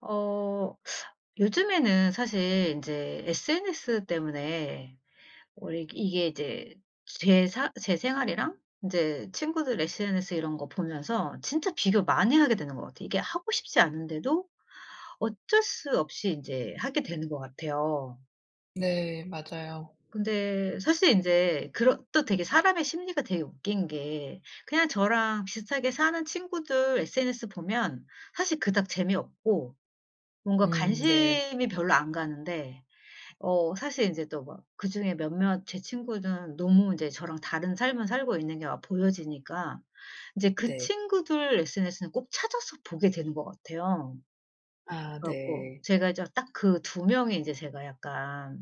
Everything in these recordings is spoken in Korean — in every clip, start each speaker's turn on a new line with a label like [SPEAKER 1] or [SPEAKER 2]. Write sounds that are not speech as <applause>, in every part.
[SPEAKER 1] 어 요즘에는 사실 이제 SNS 때문에 우리 이게 이제 제 생활이랑 이제 친구들 SNS 이런 거 보면서 진짜 비교 많이 하게 되는 것 같아요. 이게 하고 싶지 않은데도 어쩔 수 없이 이제 하게 되는 것 같아요.
[SPEAKER 2] 네, 맞아요.
[SPEAKER 1] 근데 사실 이제 그런 또 되게 사람의 심리가 되게 웃긴 게, 그냥 저랑 비슷하게 사는 친구들 SNS 보면 사실 그닥 재미없고 뭔가
[SPEAKER 2] 음. 네.
[SPEAKER 1] 관심이 별로 안 가는데, 사실 인제 또 막 그중에 몇몇 제 친구는 너무 인제 저랑 다른 삶을 살고 있는 게 막 보여지니까, 인제 그
[SPEAKER 2] 네.
[SPEAKER 1] 친구들 SNS는 꼭 찾아서 보게 되는 것 같아요.
[SPEAKER 2] 아,
[SPEAKER 1] 그래 갖고
[SPEAKER 2] 네.
[SPEAKER 1] 제가 이제 딱 그 2명이, 인제 제가 약간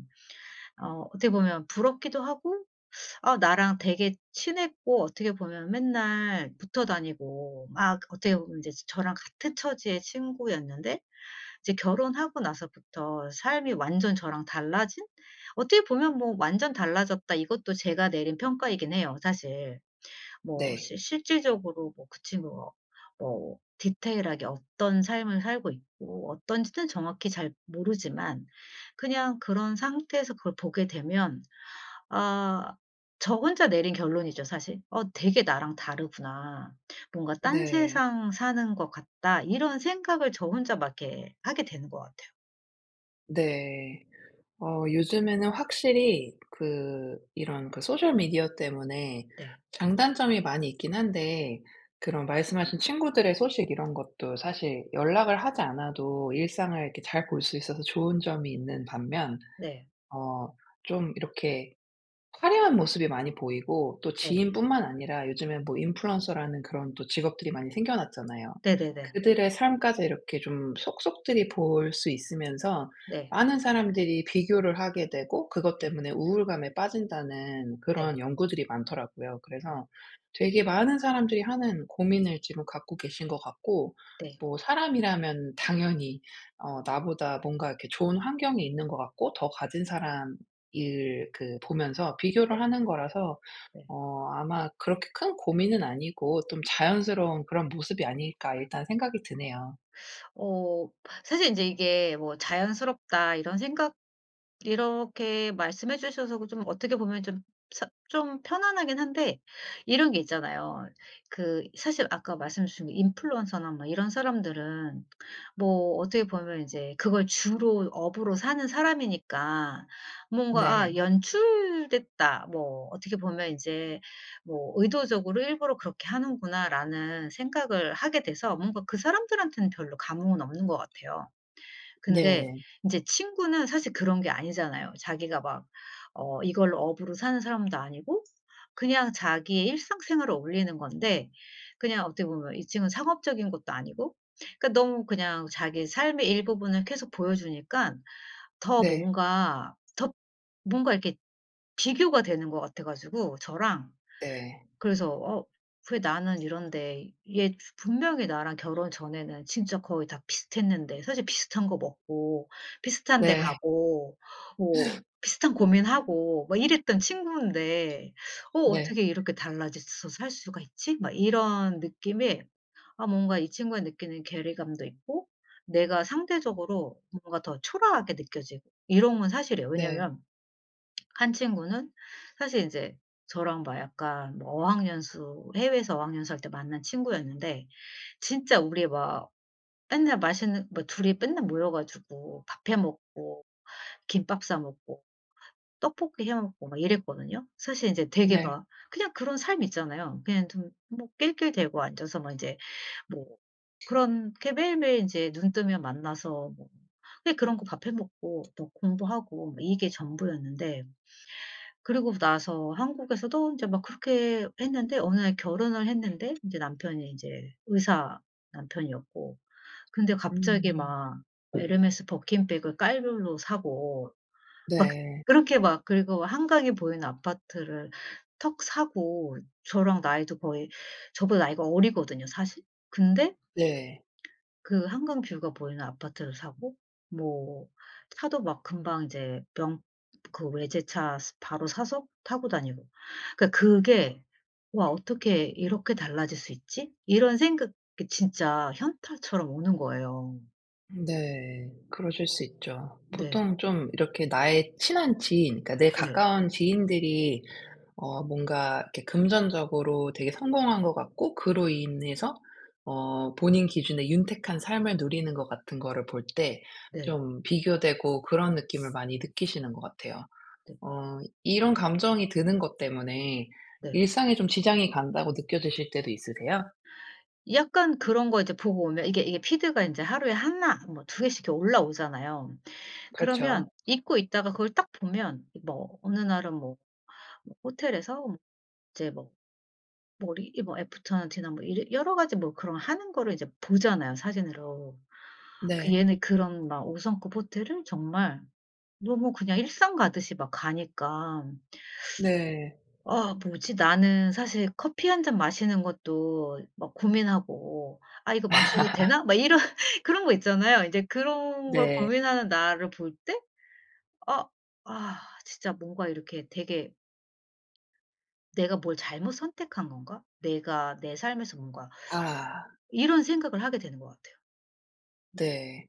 [SPEAKER 1] 어떻게 보면 부럽기도 하고, 아, 나랑 되게 친했고 어떻게 보면 맨날 붙어 다니고 막, 어떻게 보면 인제 저랑 같은 처지의 친구였는데 이제 결혼하고 나서부터 삶이 완전 저랑 달라진? 어떻게 보면 뭐 '완전 달라졌다.' 이것도 제가 내린 평가이긴 해요, 사실. 뭐
[SPEAKER 2] 네.
[SPEAKER 1] 실 실질적으로 뭐 그 친구가 뭐 디테일하게 어떤 삶을 살고 있고 어떤지는 정확히 잘 모르지만, 그냥 그런 상태에서 그걸 보게 되면, 아, 저 혼자 내린 결론이죠 사실. '어, 되게 나랑 다르구나. 뭔가 딴
[SPEAKER 2] 네.
[SPEAKER 1] 세상 사는 것 같다.' 이런 생각을 저 혼자 막 이렇게 하게 되는 것 같아요.
[SPEAKER 2] 네. 요즘에는 확실히 그 이런 그 소셜 미디어 때문에
[SPEAKER 1] 네.
[SPEAKER 2] 장단점이 많이 있긴 한데, 그런 말씀하신 친구들의 소식 이런 것도 사실 연락을 하지 않아도 일상을 이렇게 잘 볼 수 있어서 좋은 점이 있는 반면,
[SPEAKER 1] 네.
[SPEAKER 2] 어 좀 이렇게 화려한 모습이 많이 보이고 또
[SPEAKER 1] 네.
[SPEAKER 2] 지인뿐만 아니라 요즘엔 인플루언서라는 그런 또 직업들이 많이 생겨났잖아요.
[SPEAKER 1] 네네네.
[SPEAKER 2] 그들의 삶까지 이렇게 좀 속속들이 볼 수 있으면서
[SPEAKER 1] 네.
[SPEAKER 2] 많은 사람들이 비교를 하게 되고, 그것
[SPEAKER 1] 네.
[SPEAKER 2] 때문에 우울감에 빠진다는
[SPEAKER 1] 네.
[SPEAKER 2] 그런 연구들이 많더라고요.
[SPEAKER 1] 음,
[SPEAKER 2] 그래서 되게 많은 사람들이 하는 고민을 지금 갖고 계신 것 같고,
[SPEAKER 1] 네.
[SPEAKER 2] 뭐 사람이라면 당연히 나보다 뭔가 이렇게 좋은 환경이 있는 것 같고 더 가진 사람 일 그 보면서 비교를 하는 거라서,
[SPEAKER 1] 네.
[SPEAKER 2] 아마 그렇게 큰 고민은 아니고 좀 자연스러운 그런 모습이 아닐까 일단 생각이 드네요.
[SPEAKER 1] 어 사실 인제 이게 뭐 '자연스럽다.' 이런 생각 이렇게 말씀해 주셔서, 그 좀 어떻게 보면 좀, 사 좀 편안하긴 한데, 이런 게 있잖아요. 그 사실 아까 말씀 주신 게, 인플루언서나 뭐 이런 사람들은 뭐 어떻게 보면 이제 그걸 주로 업으로 사는 사람이니까, 뭔가 '아,
[SPEAKER 2] 네.
[SPEAKER 1] 연출됐다.' 뭐 어떻게 보면 이제 뭐 '의도적으로 일부러 그렇게 하는구나.'라는 생각을 하게 돼서, 뭔가 그 사람들한테는 별로 감흥은 없는 것 같아요. 근데
[SPEAKER 2] 네.
[SPEAKER 1] 인제 친구는 사실 그런 게 아니잖아요. 자기가 막 이걸로 업으로 사는 사람도 아니고, 그냥 자기의 일상생활을 올리는 건데, 그냥 어떻게 보면 이 친구는 상업적인 것도 아니고, 그러니까 너무 그냥 자기 삶의 일부분을 계속 보여주니깐 더
[SPEAKER 2] 네.
[SPEAKER 1] 뭔가 더, 뭔가 이렇게 비교가 되는 것 같아 가지고, 저랑.
[SPEAKER 2] 네.
[SPEAKER 1] 그래서 '어, 왜 나는 이런데, 얘 분명히 나랑 결혼 전에는 진짜 거의 다 비슷했는데.' 사실 비슷한 거 먹고 비슷한 데
[SPEAKER 2] 네.
[SPEAKER 1] 가고 뭐 비슷한 고민하고 막 이랬던 친구인데, '어,
[SPEAKER 2] 네.
[SPEAKER 1] 어떻게 이렇게 달라져서 살 수가 있지?' 막 이런 느낌에, 아, 뭔가 이 친구가 느끼는 괴리감도 있고 내가 상대적으로 뭔가 더 초라하게 느껴지고, 이런 건 사실이에요.
[SPEAKER 2] 네.
[SPEAKER 1] 왜냐면 한 친구는, 사실 인제 저랑 막 약간 뭐 어학연수, 해외에서 어학연수할 때 만난 친구였는데, 진짜 우리 막 맨날 맛있는 뭐 둘이 맨날 모여 가지고 밥해 먹고, 김밥 싸 먹고, 떡볶이 해 먹고 막 이랬거든요. 사실 인제 되게
[SPEAKER 2] 네.
[SPEAKER 1] 막 그냥 그런 삶 있잖아요. 그냥 좀 뭐 낄낄대고 앉아서 막 인제 뭐 그렇게 매일매일 인제 눈 뜨면 만나서 뭐 그냥 그런 거 밥해 먹고 또 공부하고 뭐, 이게 전부였는데, 그러고 나서 한국에서도 인제 막 그렇게 했는데, 어느 날 결혼을 했는데, 인제 남편이 인제 의사 남편이었고. 근데 갑자기
[SPEAKER 2] 음.
[SPEAKER 1] 막 에르메스 버킨백을 깔별로 사고, 막
[SPEAKER 2] 네.
[SPEAKER 1] 그렇게 막, 그리고 한강이 보이는 아파트를 턱 사고, 저랑 나이도 거의, 저보다 나이가 어리거든요 사실. 근데
[SPEAKER 2] 네.
[SPEAKER 1] 그 한강 뷰가 보이는 아파트를 사고, 뭐 차도 막 금방 이제 명 그 외제차 스 바로 사서 타고 다니고. 그러니까 그게 '와, 어떻게 이렇게 달라질 수 있지?' 이런 생각이 진짜 현타처럼 오는 거예요.
[SPEAKER 2] 네, 그러실 수 있죠.
[SPEAKER 1] 네.
[SPEAKER 2] 보통 좀 이렇게 나의 친한 지인, 그러니까 내
[SPEAKER 1] 네.
[SPEAKER 2] 가까운 지인들이 뭔가 이렇게 금전적으로 되게 성공한 것 같고, 그로 인해서 본인 기준의 윤택한 삶을 누리는 것 같은 거를 볼 때
[SPEAKER 1] 네.
[SPEAKER 2] 좀 비교되고 그런 느낌을 많이 느끼시는 것 같아요.
[SPEAKER 1] 네.
[SPEAKER 2] 어 이런 감정이 드는 것 때문에
[SPEAKER 1] 네.
[SPEAKER 2] 일상에 좀 지장이 간다고 느껴지실 때도 있으세요?
[SPEAKER 1] 약간 그런 거 이제 보고 오면, 이게 피드가 인제 하루에 나뭐 2개씩 이렇게 올라오잖아요.
[SPEAKER 2] 그렇죠.
[SPEAKER 1] 그러면 잊고 있다가 그걸 딱 보면, 뭐 어느 날은 뭐 호텔에서 뭐 이제 뭐 뭐 리 이 뭐 애프터나 뒤나 뭐 이래 여러 가지 뭐 그런 하는 거를 이제 보잖아요, 사진으로. 그
[SPEAKER 2] 네.
[SPEAKER 1] 얘는 그런 막 5 성급 호텔을 정말 너무 그냥 일상 가듯이 막 가니까,
[SPEAKER 2] 네.
[SPEAKER 1] '아, 뭐지? 나는 사실 커피 한 잔 마시는 것도 막 고민하고, 아, 이거 마셔도 되나?' 막 이런 <laughs> 그런 거 있잖아요. 인제 그런 걸
[SPEAKER 2] 네.
[SPEAKER 1] 고민하는 나를 볼 때, '아 아 진짜 뭔가 이렇게 되게 내가 뭘 잘못 선택한 건가? 내가 내 삶에서 뭔가.'
[SPEAKER 2] 아.
[SPEAKER 1] 이런 생각을 하게 되는 것 같아요.
[SPEAKER 2] 네.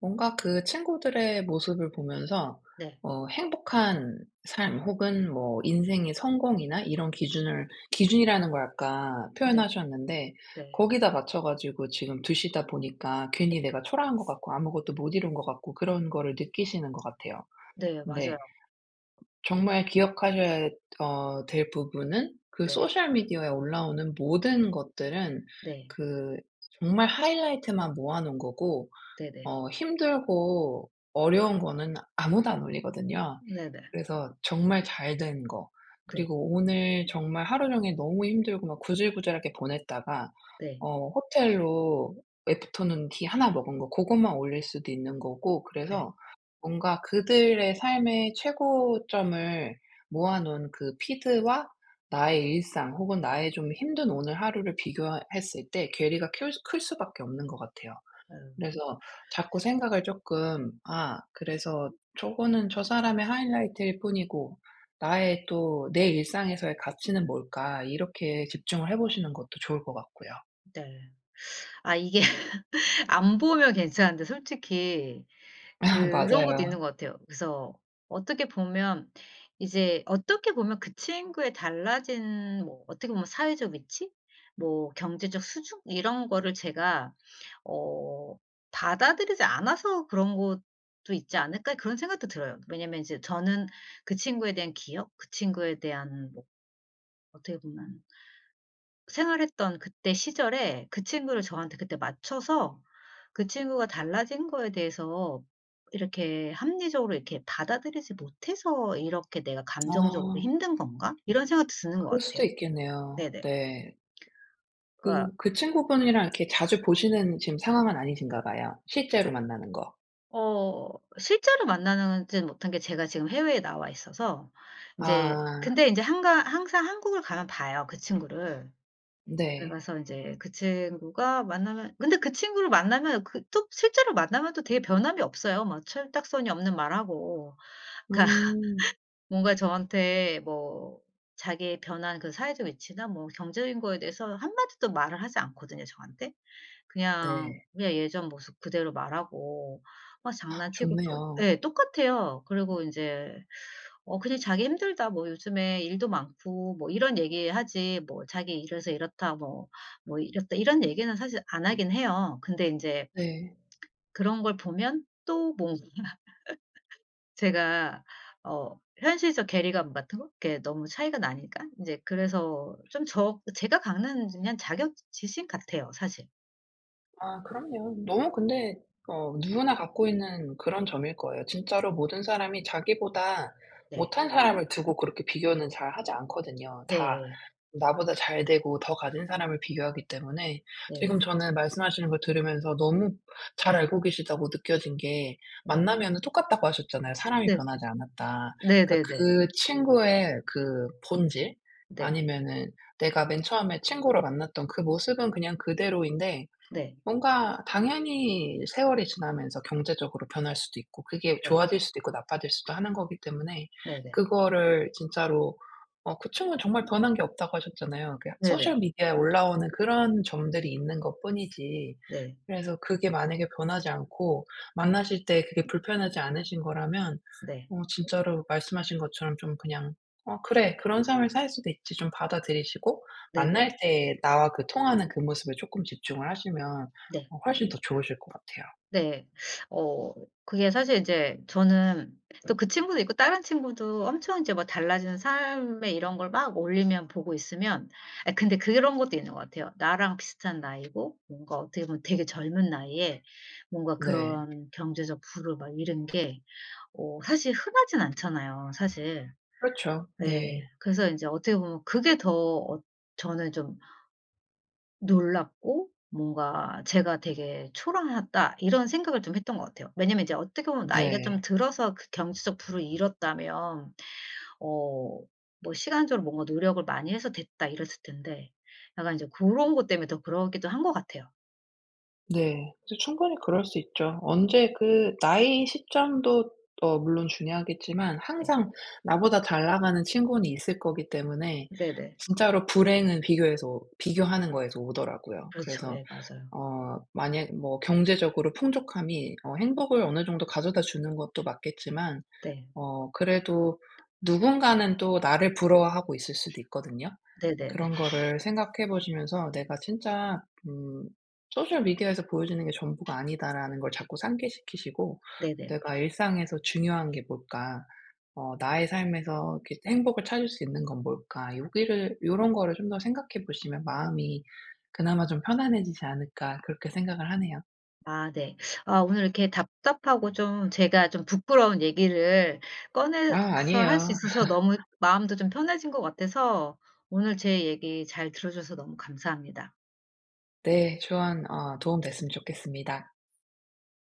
[SPEAKER 2] 뭔가 그 친구들의 모습을 보면서
[SPEAKER 1] 네.
[SPEAKER 2] 행복한 삶 혹은 뭐 인생의 성공이나 이런 기준을, 기준이라는 걸 아까
[SPEAKER 1] 네.
[SPEAKER 2] 표현하셨는데,
[SPEAKER 1] 네.
[SPEAKER 2] 거기다 맞춰 가지고 지금 두시다 보니까
[SPEAKER 1] 네.
[SPEAKER 2] 괜히 내가 초라한 것 같고 아무것도 못 이룬 것 같고 그런 거를 느끼시는 것 같아요.
[SPEAKER 1] 네. 맞아요.
[SPEAKER 2] 근데 정말 기억하셔야 될 부분은, 그
[SPEAKER 1] 네.
[SPEAKER 2] 소셜 미디어에 올라오는 모든 것들은
[SPEAKER 1] 네.
[SPEAKER 2] 그 정말 하이라이트만 모아 놓은 거고,
[SPEAKER 1] 네네.
[SPEAKER 2] 힘들고 어려운 거는 아무도 안 올리거든요.
[SPEAKER 1] 네네.
[SPEAKER 2] 그래서 정말 잘 된 거,
[SPEAKER 1] 네. 네.
[SPEAKER 2] 그리고 오늘 정말 하루 종일 너무 힘들고 막 구질구질하게 보냈다가
[SPEAKER 1] 네.
[SPEAKER 2] 호텔로 애프터눈 티 하나 먹은 거 그것만 올릴 수도 있는 거고.
[SPEAKER 1] 네. 네.
[SPEAKER 2] 그래서 뭔가 그들의 삶의 최고점을 모아 놓은 그 피드와 나의 일상, 혹은 나의 좀 힘든 오늘 하루를 비교했을 때 괴리가 클 수밖에 없는 것 같아요.
[SPEAKER 1] 음,
[SPEAKER 2] 그래서 자꾸 생각을 조금, '아, 그래서 저거는 저 사람의 하이라이트일 뿐이고 나의 또 내 일상에서의 가치는 뭘까?' 이렇게 집중을 해 보시는 것도 좋을 것 같고요.
[SPEAKER 1] 네. 아, 이게 <laughs> 안 보면 괜찮은데 솔직히,
[SPEAKER 2] <laughs>
[SPEAKER 1] 그런 것도
[SPEAKER 2] 맞아요.
[SPEAKER 1] 있는 것 같아요. 그래서 어떻게 보면 이제 어떻게 보면 그 친구의 달라진 뭐 어떻게 보면 사회적 위치? 뭐 경제적 수준? 이런 거를 제가 어 받아들이지 않아서 그런 것도 있지 않을까, 그런 생각도 들어요. 왜냐면 이제 저는 그 친구에 대한 기억, 그 친구에 대한 뭐 어떻게 보면 생활했던 그때 시절에 그 친구를 저한테 그때 맞춰서, 그 친구가 달라진 거에 대해서 이렇게 합리적으로 이렇게 받아들이지 못해서 '이렇게 내가 감정적으로
[SPEAKER 2] 아,
[SPEAKER 1] 힘든 건가?' 이런 생각도 드는 것
[SPEAKER 2] 그럴
[SPEAKER 1] 같아요.
[SPEAKER 2] 수도 있겠네요.
[SPEAKER 1] 네네.
[SPEAKER 2] 네. 그
[SPEAKER 1] 그러니까
[SPEAKER 2] 그 친구분이랑 이렇게 자주 보시는 지금 상황은 아니신가 봐요, 실제로 만나는 거.
[SPEAKER 1] 어 실제로 만나지는 못한 게 제가 지금 해외에 나와 있어서, 인제,
[SPEAKER 2] 아,
[SPEAKER 1] 근데 인제 한가 항상 한국을 가면 봐요, 그 친구를. 그래
[SPEAKER 2] 네.
[SPEAKER 1] 가서 인제 그 친구가 만나면, 근데 그 친구를 만나면 그 또 실제로 만나면 또 되게 변함이 없어요. 막 철딱서니 없는 말하고. 그러니까
[SPEAKER 2] 음.
[SPEAKER 1] 뭔가 저한테 뭐 자기의 변한 그 사회적 위치나 뭐 경제적인 거에 대해서 한마디도 말을 하지 않거든요, 저한테. 그냥
[SPEAKER 2] 네.
[SPEAKER 1] 그냥 예전 모습 그대로 말하고 막 장난치고, 또,
[SPEAKER 2] 좋네요.
[SPEAKER 1] 예, 똑같아요. 그리고 인제 그냥 자기 "힘들다. 뭐 요즘에 일도 많고." 뭐 이런 얘기하지, 뭐 자기 "이래서 이렇다." 뭐 "이렇다." 이런 얘기는 사실 안 하긴 해요. 근데 인제
[SPEAKER 2] 네.
[SPEAKER 1] 그런 걸 보면 또 뭔가 제가 현실적 괴리감 같은 거, 그게 너무 차이가 나니까, 인제 그래서 좀 제가 갖는 그냥 자격 지심 같아요, 사실.
[SPEAKER 2] 아, 그럼요. 너무 근데 누구나 갖고 있는 그런 점일 거예요. 진짜로 모든 사람이 자기보다
[SPEAKER 1] 네.
[SPEAKER 2] 못한 사람을 두고 그렇게 비교는 잘 하지 않거든요. 다
[SPEAKER 1] 예예.
[SPEAKER 2] 나보다 잘 되고 더 가진 사람을 비교하기 때문에
[SPEAKER 1] 네네.
[SPEAKER 2] 지금 저는 말씀하시는 걸 들으면서 너무 잘 알고 계시다고 느껴진 게,
[SPEAKER 1] 네.
[SPEAKER 2] 만나면은 똑같다고 하셨잖아요. "사람이
[SPEAKER 1] 네.
[SPEAKER 2] 변하지 않았다." 그러니까
[SPEAKER 1] 네네네.
[SPEAKER 2] 그 친구의 그 본질,
[SPEAKER 1] 네.
[SPEAKER 2] 아니면은 내가 맨 처음에 친구로 만났던 그 모습은 그냥 그대로인데,
[SPEAKER 1] 네.
[SPEAKER 2] 뭔가 당연히 세월이 지나면서 경제적으로 변할 수도 있고 그게
[SPEAKER 1] 네.
[SPEAKER 2] 좋아질 수도 있고 나빠질 수도 하는 거기 때문에,
[SPEAKER 1] 네네.
[SPEAKER 2] 그거를 진짜로 그 친구는 정말 변한 게 없다고 하셨잖아요. 그냥
[SPEAKER 1] 네네.
[SPEAKER 2] 소셜 미디어에 올라오는 그런 점들이 있는 것뿐이지.
[SPEAKER 1] 네.
[SPEAKER 2] 그래서 그게 만약에 변하지 않고 만나실 때 그게 불편하지 않으신 거라면,
[SPEAKER 1] 네.
[SPEAKER 2] 진짜로 말씀하신 것처럼 좀 그냥, '어, 그래. 그런 삶을 살 수도 있지.' 좀 받아들이시고
[SPEAKER 1] 네네.
[SPEAKER 2] 만날 때 나와 그 통하는 그 모습에 쪼끔 집중을 하시면
[SPEAKER 1] 네.
[SPEAKER 2] 훨씬 더 좋으실 것 같아요.
[SPEAKER 1] 네. 어 그게 사실 이제 저는 또 그 친구도 있고, 다른 친구도 엄청 이제 뭐 달라지는 삶의 이런 걸 막 올리면 보고 있으면, 아, 근데 그런 것도 있는 것 같아요. 나랑 비슷한 나이고 뭔가 어떻게 보면 되게 젊은 나이에 뭔가
[SPEAKER 2] 네.
[SPEAKER 1] 그런 경제적 부를 막 이룬 게 사실 흔하진 않잖아요 사실.
[SPEAKER 2] 그렇죠.
[SPEAKER 1] 예.
[SPEAKER 2] 네.
[SPEAKER 1] 그래서 인제 어떻게 보면 그게 더 어 저는 좀 놀랐고, 뭔가 제가 되게 '초라하다.' 이런 생각을 좀 했던 것 같아요. 왜냐면 이제 어떻게 보면 나이가 좀
[SPEAKER 2] 네.
[SPEAKER 1] 들어서 그 경제적 부를 잃었다면 어 뭐 시간적으로 뭔가 노력을 많이 해서 됐다 이랬을 텐데, 약간 이제 고런 것 때문에 더 그러기도 한 것 같아요.
[SPEAKER 2] 네, 이제 충분히 그럴 수 있죠. 언제 그 나이 시점도 물론 중요하겠지만,
[SPEAKER 1] 네.
[SPEAKER 2] 항상 나보다 잘 나가는 친구는 있을 거기 때문에
[SPEAKER 1] 네네.
[SPEAKER 2] 진짜로 불행은 비교해서, 비교하는 거에서 오더라고요.
[SPEAKER 1] 그렇죠.
[SPEAKER 2] 그래서
[SPEAKER 1] 예 맞아요.
[SPEAKER 2] 만약 뭐 경제적으로 풍족함이 행복을 어느 정도 가져다 주는 것도 맞겠지만
[SPEAKER 1] 네.
[SPEAKER 2] 그래도 누군가는 또 나를 부러워하고 있을 수도 있거든요.
[SPEAKER 1] 네네네.
[SPEAKER 2] 그런 거를 생각해 보시면서, '내가 진짜 음 소셜 미디어에서 보여지는 게 전부가 아니다.'라는 걸 자꾸 상기시키시고,
[SPEAKER 1] 네네.
[SPEAKER 2] '내가 일상에서 중요한 게 뭘까? 나의 삶에서 이렇게 행복을 찾을 수 있는 건 뭘까?' 여기를, 요런 거를 좀 더 생각해 보시면 마음이 그나마 좀 편안해지지 않을까 그렇게 생각을 하네요.
[SPEAKER 1] 아, 네. 아, 오늘 이렇게 답답하고 좀 제가 좀 부끄러운 얘기를 꺼내서
[SPEAKER 2] 아,
[SPEAKER 1] 할 수
[SPEAKER 2] 아니에요.
[SPEAKER 1] 있어서, 너무 마음도 좀 편해진 것 같아서, 오늘 제 얘기 잘 들어 줘서 너무 감사합니다.
[SPEAKER 2] 네, 조언 도움 됐으면 좋겠습니다.